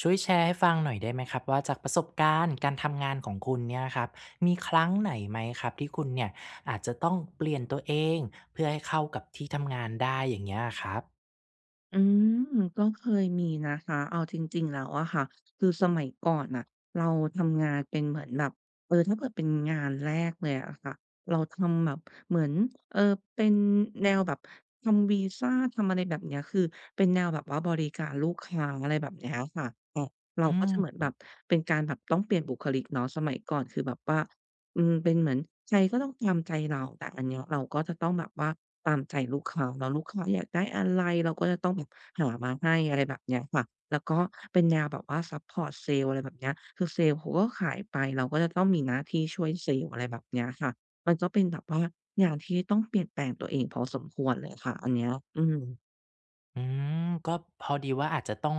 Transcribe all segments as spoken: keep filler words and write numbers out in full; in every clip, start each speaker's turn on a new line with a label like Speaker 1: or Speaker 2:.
Speaker 1: ช่วยแชร์ให้ฟังหน่อยได้ไหมครับว่าจากประสบการณ์การทำงานของคุณเนี่ยครับมีครั้งไหนไหมครับที่คุณเนี่ยอาจจะต้องเปลี่ยนตัวเองเพื่อให้เข้ากับที่ทำงานได้อย่างเงี้ยครับ
Speaker 2: อืมก็เคยมีนะคะเอาจริงๆแล้วอะค่ะคือสมัยก่อนน่ะเราทำงานเป็นเหมือนแบบเออถ้าเกิดเป็นงานแรกเลยอะค่ะเราทำแบบเหมือนเออเป็นแนวแบบทำวีซาทำอะไรแบบเนี้ยคือเป็นแนวแบบว่าบริการลูกค้าอะไรแบบเนี้ยค่ะแต่เรา
Speaker 1: อื
Speaker 2: ก็จะ
Speaker 1: ม
Speaker 2: เหมือนแบบเป็นการแบบต้องเปลี่ยนบุคลิกเนาะสมัยก่อนคือแบบว่าอืมเป็นเหมือนใครก็ต้องตามใจเราแต่อันเนี้ยเราก็จะต้องแบบว่า ตามใจลูกค้าเนาะลูกค้าอยากได้อะไรเราก็จะต้องแบบหามาให้อะไรแบบเนี้ยค่ะแล้วก็เป็นแนวแบบว่าซัปพอร์ตเซลล์อะไรแบบเนี้ยคือเซลล์เขาก็ขายไปเราก็จะต้องมีหน้าที่ช่วยเซลล์อะไรแบบเนี้ยค่ะมันก็เป็นแบบว่างานที่ต้องเปลี่ยนแปลงตัวเองพอสมควรเลยค่ะอันเนี้ยอืม
Speaker 1: อืมก็พอดีว่าอาจจะต้อง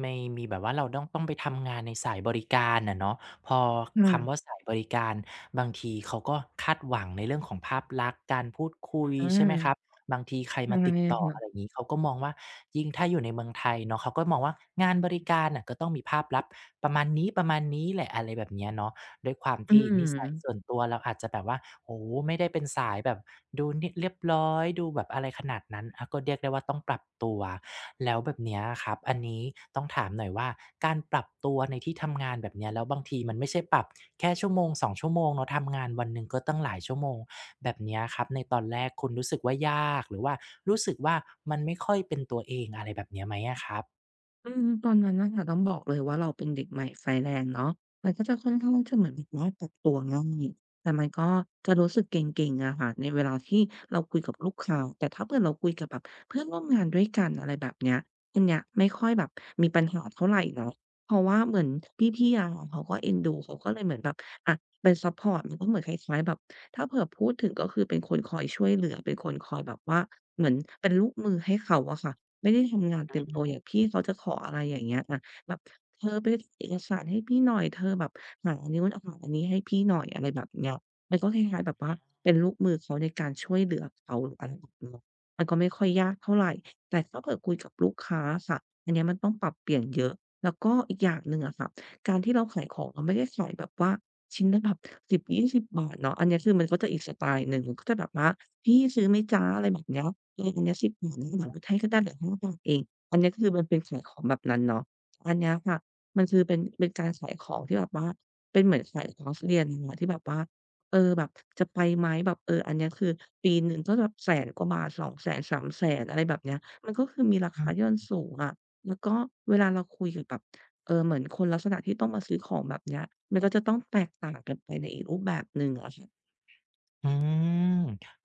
Speaker 1: ไม่มีแบบว่าเราต้องต้องไปทำงานในสายบริการอะเนาะพอ
Speaker 2: ค่ะ
Speaker 1: คำว่าสายบริการบางทีเขาก็คาดหวังในเรื่องของภาพลักษณ์การพูดคุย
Speaker 2: อ
Speaker 1: ใช่ไหมครับ
Speaker 2: า
Speaker 1: บางทีใคร
Speaker 2: ใช่
Speaker 1: มาติดต่ออะไรอ
Speaker 2: ค่ะ
Speaker 1: ย่างงี้เขาก็มองว่ายิ่งถ้าอยู่ในเมืองไทยเนาะเขาก็มองว่างานบริการน่ะก็ต้องมีภาพลักษณ์ประมาณนี้ๆแหละอะไรแบบเนี้ยเนาะ ด้วยความ
Speaker 2: อื
Speaker 1: ที่
Speaker 2: ม
Speaker 1: นิสัยส่วนตัวเราอาจจะแบบว่าโอ้โฮไม่ได้เป็นสายแบบดูนิเรียบร้อยดูแบบอะไรขนาดนั้นอาก็เรียกได้ว่าต้องปรับตัวแล้วแบบเนี้ยอะครับอันนี้ต้องถามหน่อยว่าการปรับตัวในที่ทำงานแบบเนี้ยแล้วบางทีมันไม่ใช่ปรับแค่ชั่วโมงสองชั่วโมงเนาะทำงานวันหนึ่งก็ตั้งหลายชั่วโมงแบบเนี้ยครับในตอนแรกคุณรู้สึกว่ายากหรือว่ารู้สึกว่ามันไม่ค่อยเป็นตัวเองอะไรแบบเนี้ยไหมอะครับ
Speaker 2: อืมตอนนั้นนะคะต้องบอกเลยว่าเราเป็นเด็กใหม่ไฟแรงเนาะมันก็จะค่อนข้างจะเหมือนแบบว่าปรับตัวง่ายแต่มันก็จะรู้สึกเก่งๆอะค่ะในเวลาที่เราคุยกับลูกค้าแต่ถ้าเกิดเราคุยกับแบบเพื่อนร่วมงานด้วยกันอะไรแบบเนี้ยอันเนี้ยไม่ค่อยแบบมีปัญหาเท่าไหรเนาะเพราะว่าเหมือนพี่ๆอะค่ะเขาก็เอ็นดูเขาก็เลยเหมือนแบบอะเป็นซัปพอร์ตมันก็เหมือนคล้ายๆแบบถ้าเผื่อพูดถึงก็คือเป็นคนคอยช่วยเหลือเป็นคนคอยแบบว่าเหมือนเป็นลูกมือให้เขาอะค่ะ ไม่ได้ทำงานเต็มตัวอย่าง
Speaker 1: อ
Speaker 2: พี่เขาจะขออะไรอย่างเงี้ยอะแบบเธอไปเอกสารให้พี่หน่อยเธอแบบหาอันนี้นหาอันนี้ให้พี่หน่อยอะไรแบบเนี้ยมันก็คล้ายๆแบบว่าเป็นลูกมือเขาในการช่วยเหลือเขาหรืออะไรแบบเนี้ยมันก็ไม่ค่อยยากเท่าไรแต่ถ้าเผื่อคุยกับลูกค้าอะค่ะอันเนี้ยมันต้องปรับเปลี่ยนเยอะแล้วก็อีกอย่างหนึ่งอะค่ะการที่เราขายของเราไม่ได้ขายแบบว่า ชิ้นละแบบหนึ่ง ศูนย์สิบบาทเนาะอันเนี้ยคือมันก็จะอีกสไตล์หนึ่งก็จะแบบว่าพี่ซื้อไหมจ๊ะอะไรแบบเนี้ยเอออันเนี้ยสิบบบาทนะเดี๋ยวลดให้ก็ได้เหลือห้าบาทเองอันเนี้ยคือมันเป็นขายของแบบนั้นเนาะอันเนี้ยค่ะมันคือเป็นเป็นการขายของที่แบบว่าเป็นเหมือนขายคอร์สเรียนางเลยนะที่แบบว่าเออแบบจะไปไหมแบบเอออันเนี้ยคือปีหนึ่งก็แบบแสนกว่าบาทสององแสนสามามแสนอะไรแบบเนี้ยมันก็คือมีรา
Speaker 1: ื
Speaker 2: คาที่
Speaker 1: ม
Speaker 2: มันสูงอะแล้วก็เวลาเราคุยกับแบบ เออเหมือนคนลักษณะที่ต้องมาซื้อของแบบเนี้ยมันก็จะต้องแตกต่างกันไปในอีกรูปแบบหนึ่งอะค่ะ
Speaker 1: อืม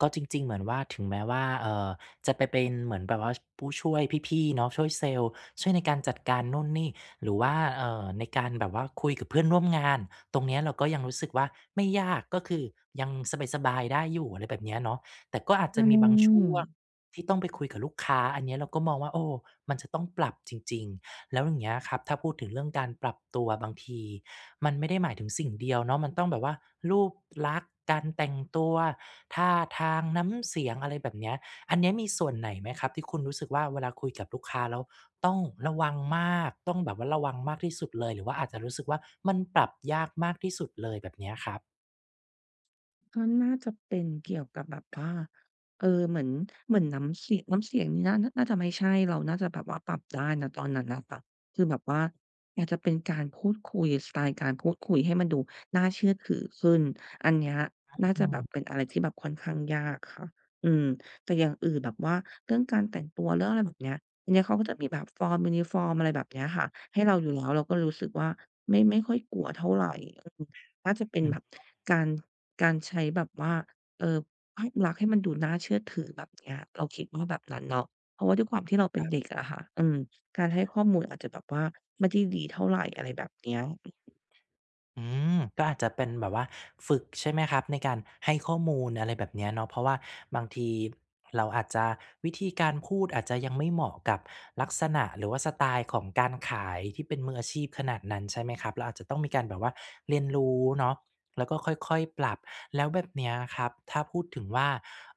Speaker 1: ก็จริงๆเหมือนว่าถึงแม้ว่าเอ่อจะไปเป็นเหมือนแบบว่าชผู้ช่วยพี่ๆเนาะช่วยเซลส์ช่วยในการจัดการนู่นนี่หรือว่าเอ่อในการแบบว่าคุยกับเพื่อนร่วมงานตรงเนี้ยเราก็ยังรู้สึกว่าไม่ยากก็คือยังสบายๆได้อยู่อะไรแบบเนี้ยเนาะแต่ก็อาจ
Speaker 2: อื
Speaker 1: จะมีบาง
Speaker 2: ม
Speaker 1: ช่วงที่ต้องไปคุยกับลูกค้าอันเนี้ยเราก็มองว่าโอ้มันจะต้องปรับจริงๆ แล้วอย่างเงี้ยครับถ้าพูดถึงเรื่องการปรับตัวบางทีมันไม่ได้หมายถึงสิ่งเดียวเนาะมันต้องแบบว่ารูปลักษณ์การแต่งตัวท่าทางน้ำเสียงอะไรแบบเนี้ยอันเนี้ยมีส่วนไหนไหมครับที่คุณรู้สึกว่าเวลาคุยกับลูกค้าแล้วต้องระวังมากต้องแบบว่าระวังมากที่สุดเลยหรือว่าอาจจะรู้สึกว่ามันปรับยากมากที่สุดเลยแบบเนี้ยครับ
Speaker 2: ก็น่าจะเป็นเกี่ยวกับแบบว่าเออเหมือนเหมือนน้ำเสียงน้ำเสียงนี่น่าน่าจะไม่ใช่เราน่าจะแบบว่าปรับได้ณตอนนั้นน่ะค่ะคือแบบว่าอาจจะเป็นการพูดคุยสไตล์การพูดคุยให้มันดูน่าเชื่อถือขึ้นอันเนี้ยน่า
Speaker 1: อื
Speaker 2: จะแบบ
Speaker 1: ม
Speaker 2: เป็นอะไรที่แบบค่อนข้างยากค่ะอืมแต่อย่างอื่นแบบว่าเรื่องการแต่งตัวเรื่องอะไรแบบเนี้ยอันเนี้ยเขาก็จะมีแบบฟอร์มยูนิฟอร์มอะไรแบบเนี้ยค่ะให้เราอยู่แล้วเราก็รู้สึกว่าไม่ไม่ค่อยกลัวเท่าไรอืมน่าจะเป็น
Speaker 1: อื
Speaker 2: แบบ
Speaker 1: อ
Speaker 2: การ การใช้แบบว่าเอ่อภาพลักษณ์ให้มันดูน่าเชื่อถือแบบเนี้ยเราคิดว่าแบบนั้นเนาะเพราะว่าด้วยความที่เราเป็นเด็กอะค่ะอืมการให้ข้อมูลอาจจะแบบว่าไม่ได้ดีเท่าไรอะไรแบบเนี้ย
Speaker 1: อืมก็อาจจะเป็นแบบว่าฝึกใช่ไหมครับในการให้ข้อมูลอะไรแบบเนี้ยเนาะเพราะว่าบางทีเราอาจจะวิธีการพูดอาจจะยังไม่เหมาะกับลักษณะหรือว่าสไตล์ของการขายที่เป็นมืออาชีพขนาดนั้นใช่ไหมครับเราอาจจะต้องมีการแบบว่าเรียนรู้เนาะแล้วก็ค่อยๆปรับแล้วแบบเนี้ยครับถ้าพูดถึงว่า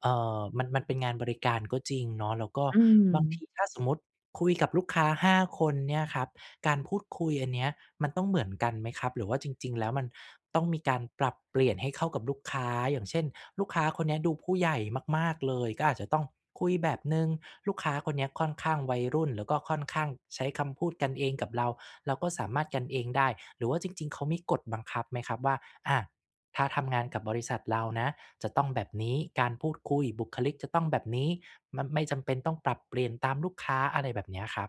Speaker 1: เอ่อมันมันเป็นงานบริการก็จริงเนาะแล้วก็
Speaker 2: อื
Speaker 1: บางที
Speaker 2: ม
Speaker 1: ถ้าสมมุติคุยกับลูกค้าห้าคนเนี่ยครับ การพูดคุยอันเนี้ยมันต้องเหมือนกันไหมครับหรือว่าจริงๆแล้วมันต้องมีการปรับเปลี่ยนให้เข้ากับลูกค้าอย่างเช่นลูกค้าคนเนี้ยดูผู้ใหญ่มากๆเลยก็อาจจะต้องคุยแบบหนึ่งลูกค้าคนเนี้ยค่อนข้างวัยรุ่นแล้วก็ค่อนข้างใช้คำพูดกันเองกับเราเราก็สามารถกันเองได้หรือว่าจริงๆเขามีกฎบังคับไหมครับว่าอาถ้าทำงานกับบริษัทเรานะจะต้องแบบนี้การพูดคุยบุคลิกจะต้องแบบนี้มันไม่จำเป็นต้องปรับเปลี่ยนตามลูกค้าอะไรแบบเนี้ยครับ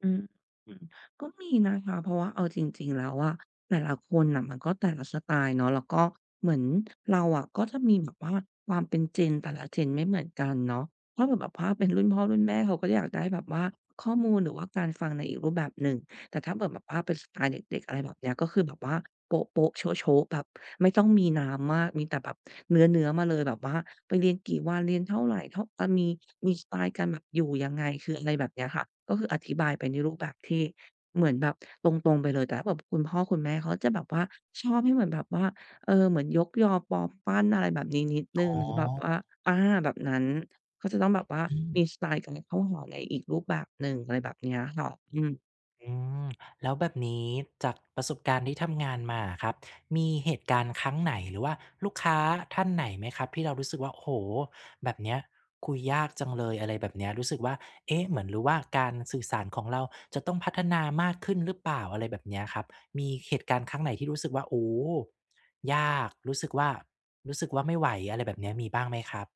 Speaker 2: อืมอืมก็มีนะคะเพราะว่าเอาจริงๆแล้วอะแต่ละคนน่ะมันก็แต่ละสไตล์เนาะแล้วก็เหมือนเราอะก็จะมีแบบว่าความเป็น Gen แต่ละ Gen ไม่เหมือนกันเนาะถ้าเกิดแบบว่าเป็นรุ่นพ่อรุ่นแม่เขาก็อยากได้แบบว่าข้อมูลหรือว่าการฟังในอีกรูปแบบหนึ่งแต่ถ้าเกิแบบว่าเป็นสไตล์เด็กๆอะไรแบบเนี้ยก็คือแบบว่าโป๊ะๆโชะๆแบบไม่ต้องมีน้ำมากมีแต่แบบเนื้อๆมาเลยแบบว่า ไปเรียนกี่วันเรียนเท่าไรเท่าอามีมีสไตล์การแบบอยู่ยังไงคืออะไรแบบเนี้ยค่ะก็คืออธิบายไปในรูปแบบที่เหมือนแบบตรงๆไปเลยแต่ถ้าแบบคุณพ่อคุณแม่เขาจะแบบว่าชอบให้เหมือนแบบว่าเออเหมือนยกยอปอปั้นอะไรแบบนี้นิดห
Speaker 1: อ๋
Speaker 2: นึ่ง
Speaker 1: อ
Speaker 2: แบบว่าอาแบบนั้นเขาจะต้องแบบว่า
Speaker 1: อื
Speaker 2: มีส
Speaker 1: ม
Speaker 2: ไตล์การเข้าหาในอีกรูปแบบหนึ่งอะไรแบบเนี้ยค่ะอืม
Speaker 1: อืมแล้วแบบนี้จากประสบการณ์ที่ทำงานมาอะครับมีเหตุการณ์ครั้งไหนหรือว่าลูกค้าท่านไหนไหมครับที่เรารู้สึกว่าโอ้โฮแบบเนี้ยคุยยากจังเลยอะไรแบบเนี้ยรู้สึกว่าเอ๊ะเหมือนหรือว่าการสื่อสารของเราจะต้องพัฒนามากขึ้นหรือเปล่าอะไรแบบเนี้ยครับมีเหตุการณ์ครั้งไหนที่รู้สึกว่าโอ้ยากรู้สึกว่ารู้สึกว่าไม่ไหวอะไรแบบเนี้ยมีบ้างไหมครับ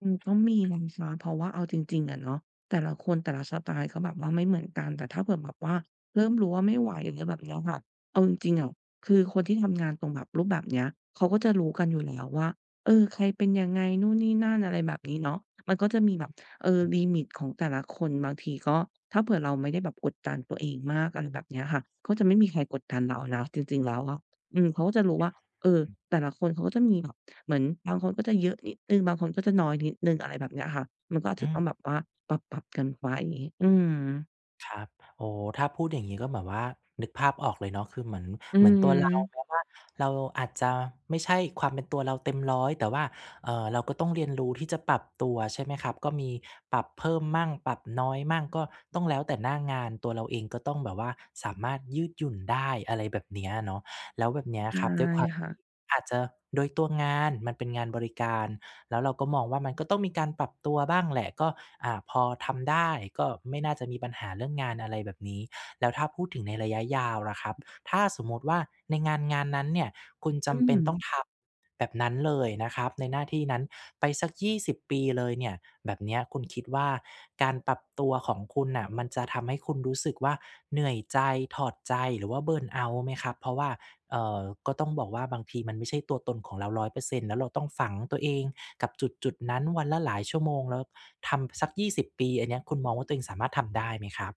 Speaker 2: อืมก็มีนะคะเพราะว่าเอาจริงๆอะเนาะแต่ละคนแต่ละสไตล์เขาแบบว่าไม่เหมือนกันแต่ถ้าเผื่อแบบว่าเริ่มรู้ว่าไม่ไหวอย่างเงี้ยแบบเนี้ยค่ะเอาจริงๆอะคือคนที่ทำงานตรงแบบรูปแบบเนี้ยเขาก็จะรู้กันอยู่แล้วว่าเออใครเป็นยังไงนู่นนี่นั่นอะไรแบบนี้เนาะมันก็จะมีแบบเออ
Speaker 1: อื
Speaker 2: ลิ
Speaker 1: อ
Speaker 2: มิตของแต่ละคนบางทีก็ถ้าเผื่อเราไม่ได้แบบกดดันตัวเองมากอะไรแบบเนี้ยค่ะก็จะไม่มีใครกดดันเรานะจริงๆแล้วอะอืมเขาก็จะรู้ว่าเออ
Speaker 1: ฮึ
Speaker 2: แต่ละคนเขาก็จะมีแบบ เหมือนบางคนก็จะเยอะนิดหนึ่งบางคนก็จะน้อยนิดหนึ่งอะไรแบบเนี้ยค่ะมันก็อาจ
Speaker 1: อื
Speaker 2: จะต้
Speaker 1: ม
Speaker 2: องแบบว่าปรับๆกันไว้ออืม
Speaker 1: ครับโอ้ถ้าพูดอย่างนี้ก็แบบว่านึกภาพออกเลยเนาะคือเหมือน
Speaker 2: อื
Speaker 1: เหมือนตัวเราแม้
Speaker 2: ม
Speaker 1: ว่าเราอาจจะไม่ใช่ความเป็นตัวเราเต็มร้อยแต่ว่าเอ่อเราก็ต้องเรียนรู้ที่จะปรับตัวใช่ไหมครับก็มีปรับเพิ่มมั่งปรับน้อยมั่งก็ต้องแล้วแต่หน้างานตัวเราเองก็ต้องแบบว่าสามารถยืดหยุ่นได้อะไรแบบเนี้ยเนาะแล้วแบบเนี้ย
Speaker 2: ใช่
Speaker 1: ครับด้วยความ
Speaker 2: ค่ะ
Speaker 1: ที่อาจจะโดยตัวงานมันเป็นงานบริการ แล้วเราก็มองว่ามันก็ต้องมีการปรับตัวบ้างแหละก็อ่าพอทำได้ก็ไม่น่าจะมีปัญหาเรื่องงานอะไรแบบนี้แล้วถ้าพูดถึงในระยะยาวล่ะครับถ้าสมมุติว่าในงานงานนั้นเนี่ยคุณ
Speaker 2: อื
Speaker 1: จำเป็
Speaker 2: ม
Speaker 1: นต้องทำแบบนั้นเลยนะครับในหน้าที่นั้นไปสักยี่สิบปีเลยเนี่ยแบบเนี้ยคุณคิดว่าการปรับตัวของคุณน่ะมันจะทำให้คุณรู้สึกว่าเหนื่อยใจถอดใจหรือว่าเบิร์นเอาต์ไหมครับเพราะว่าเอ่อก็ต้องบอกว่าบางทีมันไม่ใช่ตัวตนของเราร้อยเปอร์เซ็นต์แล้วเราต้องฝังตัวเอง กับจุดๆนั้นวันละหลายชั่วโมงแล้วทำสักยี่สิบปีอันเนี้ยคุณมองว่าตัวเองสามารถทำได้ไหมครับ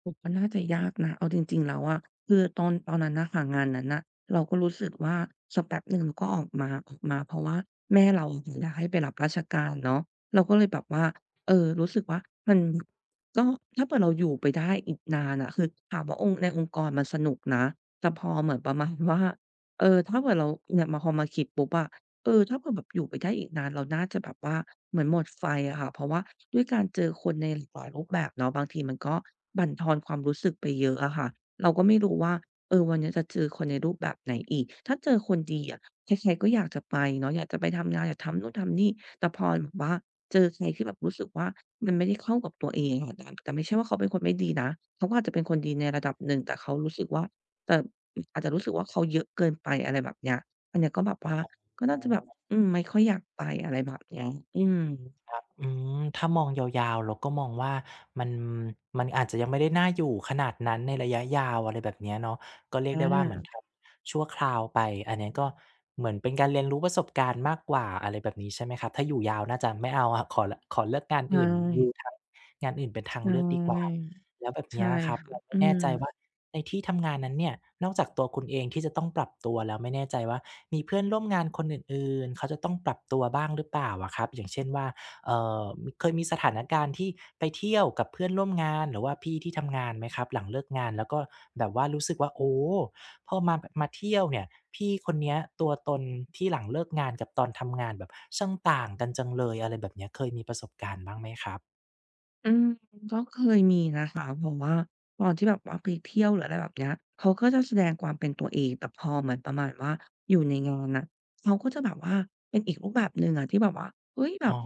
Speaker 2: โอ้ก็น่าจะยากนะเอาจริงๆแล้วอะคือตอนตอนนั้นน่ะค่ะงานนั้นน่ะเราก็รู้สึกว่าสักแป๊บหนึ่งเราก็ออกมาออกมาเพราะว่าแม่เราอะย้ายไปรับราชการเนาะเราก็เลยแบบว่าเออรู้สึกว่ามันก็ถ้าเผื่อเราอยู่ไปได้อีกนานอะคือถามว่าองค์ในองค์กรมันสนุกนะแต่พอเหมือนประมาณว่าเออถ้าเผื่อเราเนี่ยมาพอมาคิดปุ๊บอะ เออถ้าเผื่อแบบอยู่ไปได้อีกนานเราน่าจะแบบว่าเหมือนหมดไฟอะค่ะเพราะว่าด้วยการเจอคนในหลากหลายรูปแบบเนาะบางทีมันก็บั่นทอนความรู้สึกไปเยอะอะค่ะเราก็ไม่รู้ว่าเออวันเนี้ยจะเจอคนในรูปแบบไหนอีกถ้าเจอคนดีอะใครๆก็อยากจะไปเนาะอยากจะไปทำงานอยากทำนู่นทำนี่แต่พอแบบว่าเจอใครที่แบบรู้สึกว่ามันไม่ได้เข้ากับตัวเองอะแต่แต่ไม่ใช่ว่าเขาเป็นคนไม่ดีนะเขาก็อาจจะเป็นคนดีในระดับหนึ่งแต่เขารู้สึกว่าแต่อาจจะรู้สึกว่าเขาเยอะเกินไปอะไรแบบเนี้ยอันเนี้ยก็แบบว่า ก็
Speaker 1: อ๋
Speaker 2: น่า
Speaker 1: อ
Speaker 2: จะแบบ อืม ไม่ค่อยอยากไปอะไรแบบเนี้ยอืม
Speaker 1: อืมถ้ามองยาวๆเราก็มองว่ามันมันอาจจะยังไม่ได้น่าอยู่ขนาดนั้นในระยะยาวอะไรแบบเนี้ยเนาะก็เรีย
Speaker 2: อ
Speaker 1: กได้ว่าเหมือน
Speaker 2: า
Speaker 1: ทำชั่วคราวไปอันเนี้ยก็เหมือนเป็นการเรียนรู้ประสบการณ์มากกว่าอะไรแบบนี้ใช่ไหมครับถ้าอยู่ยาวน่าจะไม่เอาอะขอลขอเลือกงาน
Speaker 2: ใช่
Speaker 1: อื่นดูทางงานอื่นเป็น
Speaker 2: ใช
Speaker 1: ทางเลือกดีกว่า
Speaker 2: ่
Speaker 1: แล้วแบบ
Speaker 2: ใช่
Speaker 1: เนี้ยครับ
Speaker 2: ค่ะ
Speaker 1: เรา
Speaker 2: อื
Speaker 1: ไม่แน่
Speaker 2: ม
Speaker 1: ใจว่าในที่ทำงานนั้นเนี่ยนอกจากตัวคุณเองที่จะต้องปรับตัวแล้วไม่แน่ใจว่ามีเพื่อนร่วมงานคนอื่นๆเขาจะต้องปรับตัวบ้างหรือเปล่าอะครับอย่างเช่นว่า เอ่อมีเคยมีสถานการณ์ที่ไปเที่ยวกับเพื่อนร่วมงานหรือว่าพี่ที่ทำงานไหมครับหลังเลิกงานแล้วก็แบบว่ารู้สึกว่าโอ้พอมามาเที่ยวเนี่ยพี่คนเนี้ยตัวตนที่หลังเลิกงานกับตอนทำงานแบบช่างต่างกันจังเลยอะไรแบบเนี้ยเคยมีประสบการณ์บ้างไหมครับ
Speaker 2: อืมก็เคยมีนะคะเพราะว่าตอนที่แบบว่าไปเที่ยวหรืออะไรแบบเนี้ยเขาก็จะแสดงความเป็นตัวเองแต่พอเหมือนประมาณว่าอยู่ในงานน่ะเขาก็จะแบบว่าเป็นอีกรูปแบบหนึ่งอะที่แบบว่าเฮ้ยแบ
Speaker 1: อ๋
Speaker 2: บ
Speaker 1: อ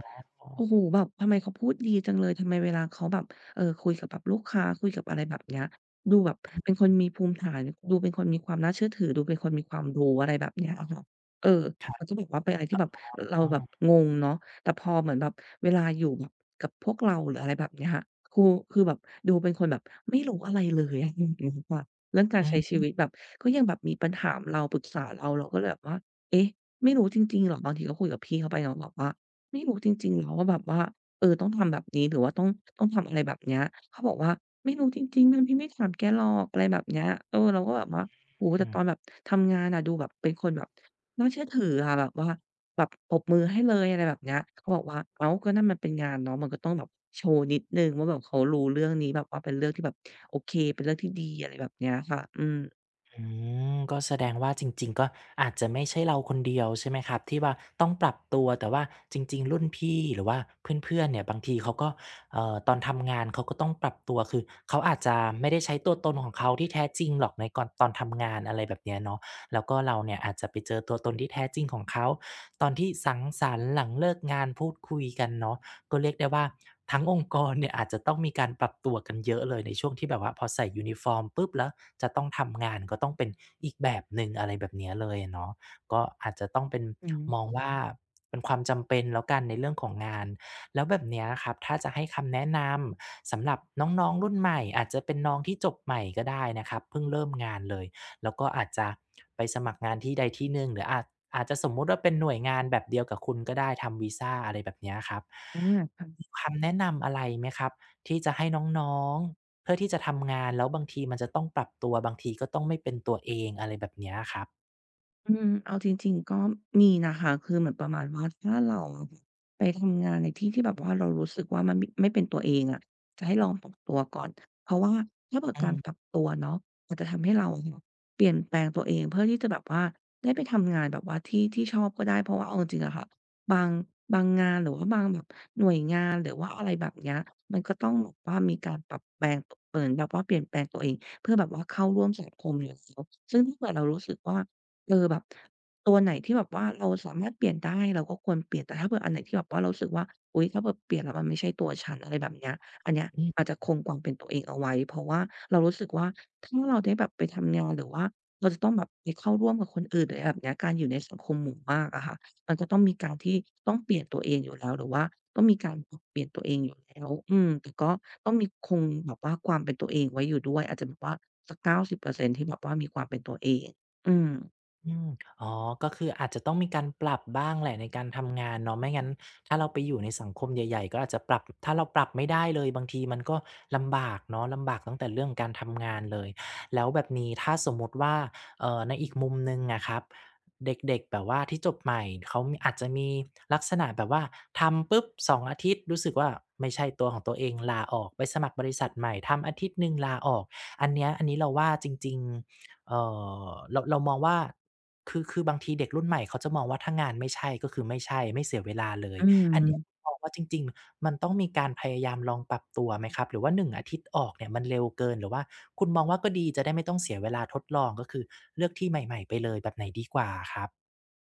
Speaker 2: โอ้โฮแบบทำไมเขาพูดดีจังเลยทำไมเวลาเขาแบบเอ่อคุยกับแบบลูกค้าคุยกับอะไรแบบเนี้ยดูแบบเป็นคนมีภูมิฐานดูเป็นคนมีความน่าเชื่อถือดูเป็นคนมีความรู้อะไรแบบเนี้ยอะค่ะเออ
Speaker 1: ครั
Speaker 2: มันก็
Speaker 1: บ
Speaker 2: แบบว่าเป็นอะไรที่แบบเรา
Speaker 1: อ้อ
Speaker 2: แบบงงเนาะ แต่พอเหมือนแบบเวลาอยู่แบบกับพวกเราหรืออะไรแบบเนี้ยค่ะครูคือแบบดูเป็นคนแบบไม่รู้อะไรเลยอะอย่างงี้ค่ะเรื่องการใช้ชี
Speaker 1: อืม
Speaker 2: วิตแบบก็ยังแบบมีปัญหาเราปรึกษาเราเราก็เลยแบบว่าเอ๊ะไม่รู้จริงๆเหรอบางทีก็คุยกับพี่เขาไปเนาะแบบว่าไม่รู้จริงๆเหรอว่าแบบว่าเออต้องทำแบบนี้หรือว่าต้องต้องทำอะไรแบบเนี้ยเขาบอกว่าไม่รู้จริงๆงั้นพี่ไม่ถามแกหรอกอะไรแบบเนี้ยเออเราก็แบบว่าโอ้โฮแต่ตอนแบบทำงานอะดูแบบเป็นคนแบบน่าเชื่อถืออะแบบว่า แบบปรบมือให้เลยอะไรแบบเนี้ยเขาบอกว่าอ้าวก็นั่นมันเป็นงานเนาะมันก็ต้องแบบโชว์นิดหนึ่งว่าแบบเขารู้เรื่องนี้แบบว่าเป็นเรื่องที่แบบโอเคเป็นเรื่องที่ดีอะไรแบบเนี้ยค่ะอืม
Speaker 1: อืมก็แสดงว่าจริงๆก็อาจจะไม่ใช่เราคนเดียวใช่ไหมครับที่ว่าต้องปรับตัวแต่ว่าจริงๆรุ่นพี่หรือว่าเพื่อนๆเนี่ยบางทีเขาก็เอ่อตอนทำงานเขาก็ต้องปรับตัวคือเขาอาจจะไม่ได้ใช้ตัวตนของเขาที่แท้จริงหรอกในก่อนตอนทำงานอะไรแบบเนี้ยเนาะแล้วก็เราเนี่ยอาจจะไปเจอตัวตนที่แท้จริงของเขาตอนที่สังสรรค์หลังเลิกงานพูดคุยกันเนาะ ก็เรียกได้ว่าทั้งองค์กรเนี่ยอาจจะต้องมีการปรับตัวกันเยอะเลยในช่วงที่แบบว่าพอใส่ยูนิฟอร์มปุ๊บแล้วจะต้องทำงานก็ต้องเป็นอีกแบบหนึ่งอะไรแบบเนี้ยเลยเนาะก็อาจจะต้องเป็น
Speaker 2: อืม
Speaker 1: มองว่าเป็นความจำเป็นแล้วกันในเรื่องของงานแล้วแบบเนี้ยครับถ้าจะให้คำแนะนำสำหรับน้องๆรุ่นใหม่อาจจะเป็นน้องที่จบใหม่ก็ได้นะครับเพิ่งเริ่มงานเลย แล้วก็อาจจะไปสมัครงานที่ใดที่หนึ่งหรืออาจอาจจะสมมุติว่าเป็นหน่วยงานแบบเดียวกับคุณก็ได้ทำวีซาอะไรแบบเนี้ยครับ
Speaker 2: อาค่ะ
Speaker 1: มีคำแนะนำอะไรไหมครับที่จะให้น้องๆเพื่อที่จะทำงานแล้วบางทีมันจะต้องปรับตัวบางทีก็ต้องไม่เป็นตัวเองอะไรแบบเนี้ยครับ
Speaker 2: อืมเอาจริงๆก็มีนะคะคือเหมือนประมาณว่าถ้าเราอะค่ะไปทำงานในที่ที่แบบว่าเรารู้สึกว่ามันมไม่เป็นตัวเองอะจะให้ลองปรับตัวก่อนเพราะว่าถ้าเกิด
Speaker 1: อื
Speaker 2: กา
Speaker 1: ม
Speaker 2: รปรับตัวเนาะมันจะทำให้เราอะค่ะเปลี่ยนแปลงตัวเองเพื่อที่จะแบบว่าได้ไปทำงานแบบว่าที่ที่ชอบก็ได้เพราะว่าเอาจริงๆอะค่ะบางบางงานหรือว่าบางแบบหน่วยงานหรือว่าอะไรแบบเนี้ยมันก็ต้องแบบว่ามีการปรับแปลงเหมือนแบบว่าเปลี่ยนแปลงตัวเองเพื่อแบบว่าเข้าร่วมสังคมอยู่แล้วซึ่งถ้าเกิดเรารู้สึกว่า เออแบบตัวไหนที่แบบว่าเราสามารถเปลี่ยนได้เราก็ควรเปลี่ยนแต่ถ้าเผื่ออันไหนที่แบบว่าเรารู้สึกว่าอุ๊ยถ้าเผื่อเปลี่ยนแล้วมันไม่ใช่ตัวฉันอะไรแบบเนี้ยอันเนี้ยอาจจะคงความเป็นตัวเองเอาไว้เพราะว่าเรารู้สึกว่าถ้าเราได้แบบไปทำงานหรือว่าเราจะต้องแบบไปเข้าร่วมกับคนอื่นหรืออะไรแบบเนี้ยการอยู่ในสังคมหมู่มากอะค่ะมันก็ต้องมีการที่ต้องเปลี่ยนตัวเองอยู่แล้วหรือว่าต้องมีการปรับเปลี่ยนตัวเองอยู่แล้วอืมแต่ก็ต้องมีคงแบบว่าความเป็นตัวเองไว้อยู่ด้วยอาจจะแบบว่าสักเก้าสิบเปอร์เซ็นต์ที่แบบว่ามีความเป็นตัวเองอืม
Speaker 1: อืมอ๋อก็คืออาจจะต้องมีการปรับบ้างแหละในการทำงานเนาะไม่งั้นถ้าเราไปอยู่ในสังคมใหญ่ๆก็อาจจะปรับถ้าเราปรับไม่ได้เลยบางทีมันก็ลำบากเนาะลำบากตั้งแต่เรื่องการทำงานเลยแล้วแบบนี้ถ้าสมมุติว่าเอ่อในอีกมุมหนึ่งอะครับเด็กๆแบบว่าที่จบใหม่เขามีอาจจะมีลักษณะแบบว่าทำปุ๊บสองอาทิตย์รู้สึกว่าไม่ใช่ตัวของตัวเองลาออกไปสมัครบริษัทใหม่ทำอาทิตย์หนึ่งลาออกอันเนี้ยอันนี้เราว่าจริงๆ เอ่อเราเรามองว่าคือคือบางทีเด็กรุ่นใหม่เขาจะมองว่าถ้างานไม่ใช่ก็คือไม่ใช่ไม่เสียเวลาเลย
Speaker 2: อื
Speaker 1: อันเนี้ย
Speaker 2: ม
Speaker 1: มองว่าจริงๆมันต้องมีการพยายามลองปรับตัวไหมครับหรือว่าหนึ่งอาทิตย์ออกเนี่ยมันเร็วเกินหรือว่าคุณมองว่าก็ดีจะได้ไม่ต้องเสียเวลาทดลองก็คือเลือกที่ใหม่ๆไปเลยแบบไหนดีกว่าครับ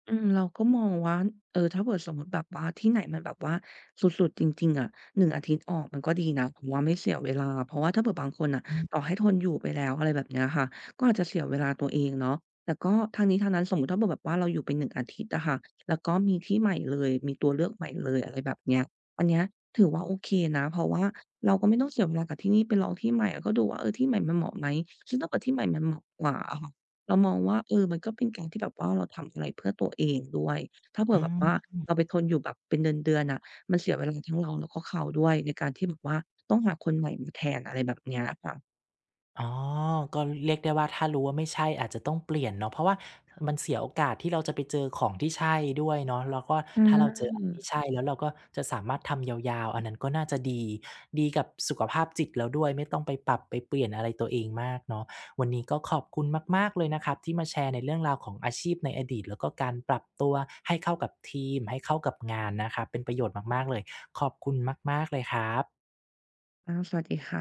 Speaker 2: อืมเราก็มองว่าเออถ้าเกิดสมมุติแบบว่าที่ไหนมันแบบว่าสุดๆจริงๆอะหนึ่งอาทิตย์ออกมันก็ดีนะผมว่าไม่เสียเวลาเพราะว่าถ้าเผื่อบางคนน่ะต่อให้
Speaker 1: อ
Speaker 2: ทนอยู่ไปแล้วอะไรแบบเนี้ยค่ะก็อาจจะเสียเวลาตัวเองเนาะแต่ก็ทั้งนี้ทั้งนั้นสมมุติถ้าเผื่อแบบว่าเราอยู่ไปหนึ่งอาทิตย์อะค่ะแล้วก็มีที่ใหม่เลยมีตัวเลือกใหม่เลยอะไรแบบเนี้ยอันเนี้ยถือว่าโอเคนะเพราะว่าเราก็ไม่ต้องเสียเวลากับที่นี่ไปลองที่ใหม่แล้วก็ดูว่าเออที่ใหม่มันเหมาะไหมซึ่งถ้าเกิดที่ใหม่มันเหมาะกว่าอะค่ะ เรามองว่าเออมันก็เป็นการที่แบบว่าเราทำอะไรเพื่อตัวเองด้วยถ้าเผื่
Speaker 1: ื
Speaker 2: อแบบว่า
Speaker 1: ม
Speaker 2: เราไปทนอยู่แบบเป็นเดือนๆน่ะมันเสียเวลาทั้งเราแล้วก็เขาด้วยในการที่แบบว่าต้องหาคนใหม่มาแทนอะไรแบบเนี้ยค่ะ
Speaker 1: อ๋อก็เรียกได้ว่าถ้ารู้ว่าไม่ใช่อาจจะต้องเปลี่ยนเนาะเพราะว่ามันเสียโอกาสที่เราจะไปเจอของที่ใช่ด้วยเนาะแล้วก็
Speaker 2: ค่
Speaker 1: ถ้าเราเจออะไรที่
Speaker 2: ะ
Speaker 1: ใช่แล้วเราก็จะสามารถทำยาวๆ อันนั้นก็น่าจะดีดีกับสุขภาพจิตเราด้วยไม่ต้องไปปรับไปเปลี่ยนอะไรตัวเองมากเนาะวันนี้ก็ขอบคุณมากๆเลยนะครับที่มาแชร์ในเรื่องราวของอาชีพในอดีตแล้วก็การปรับตัวให้เข้ากับทีมให้เข้ากับงานนะครับเป็นประโยชน์มากๆเลยขอบคุณมากๆเลยครับ
Speaker 2: อาสวัสดีค่ะ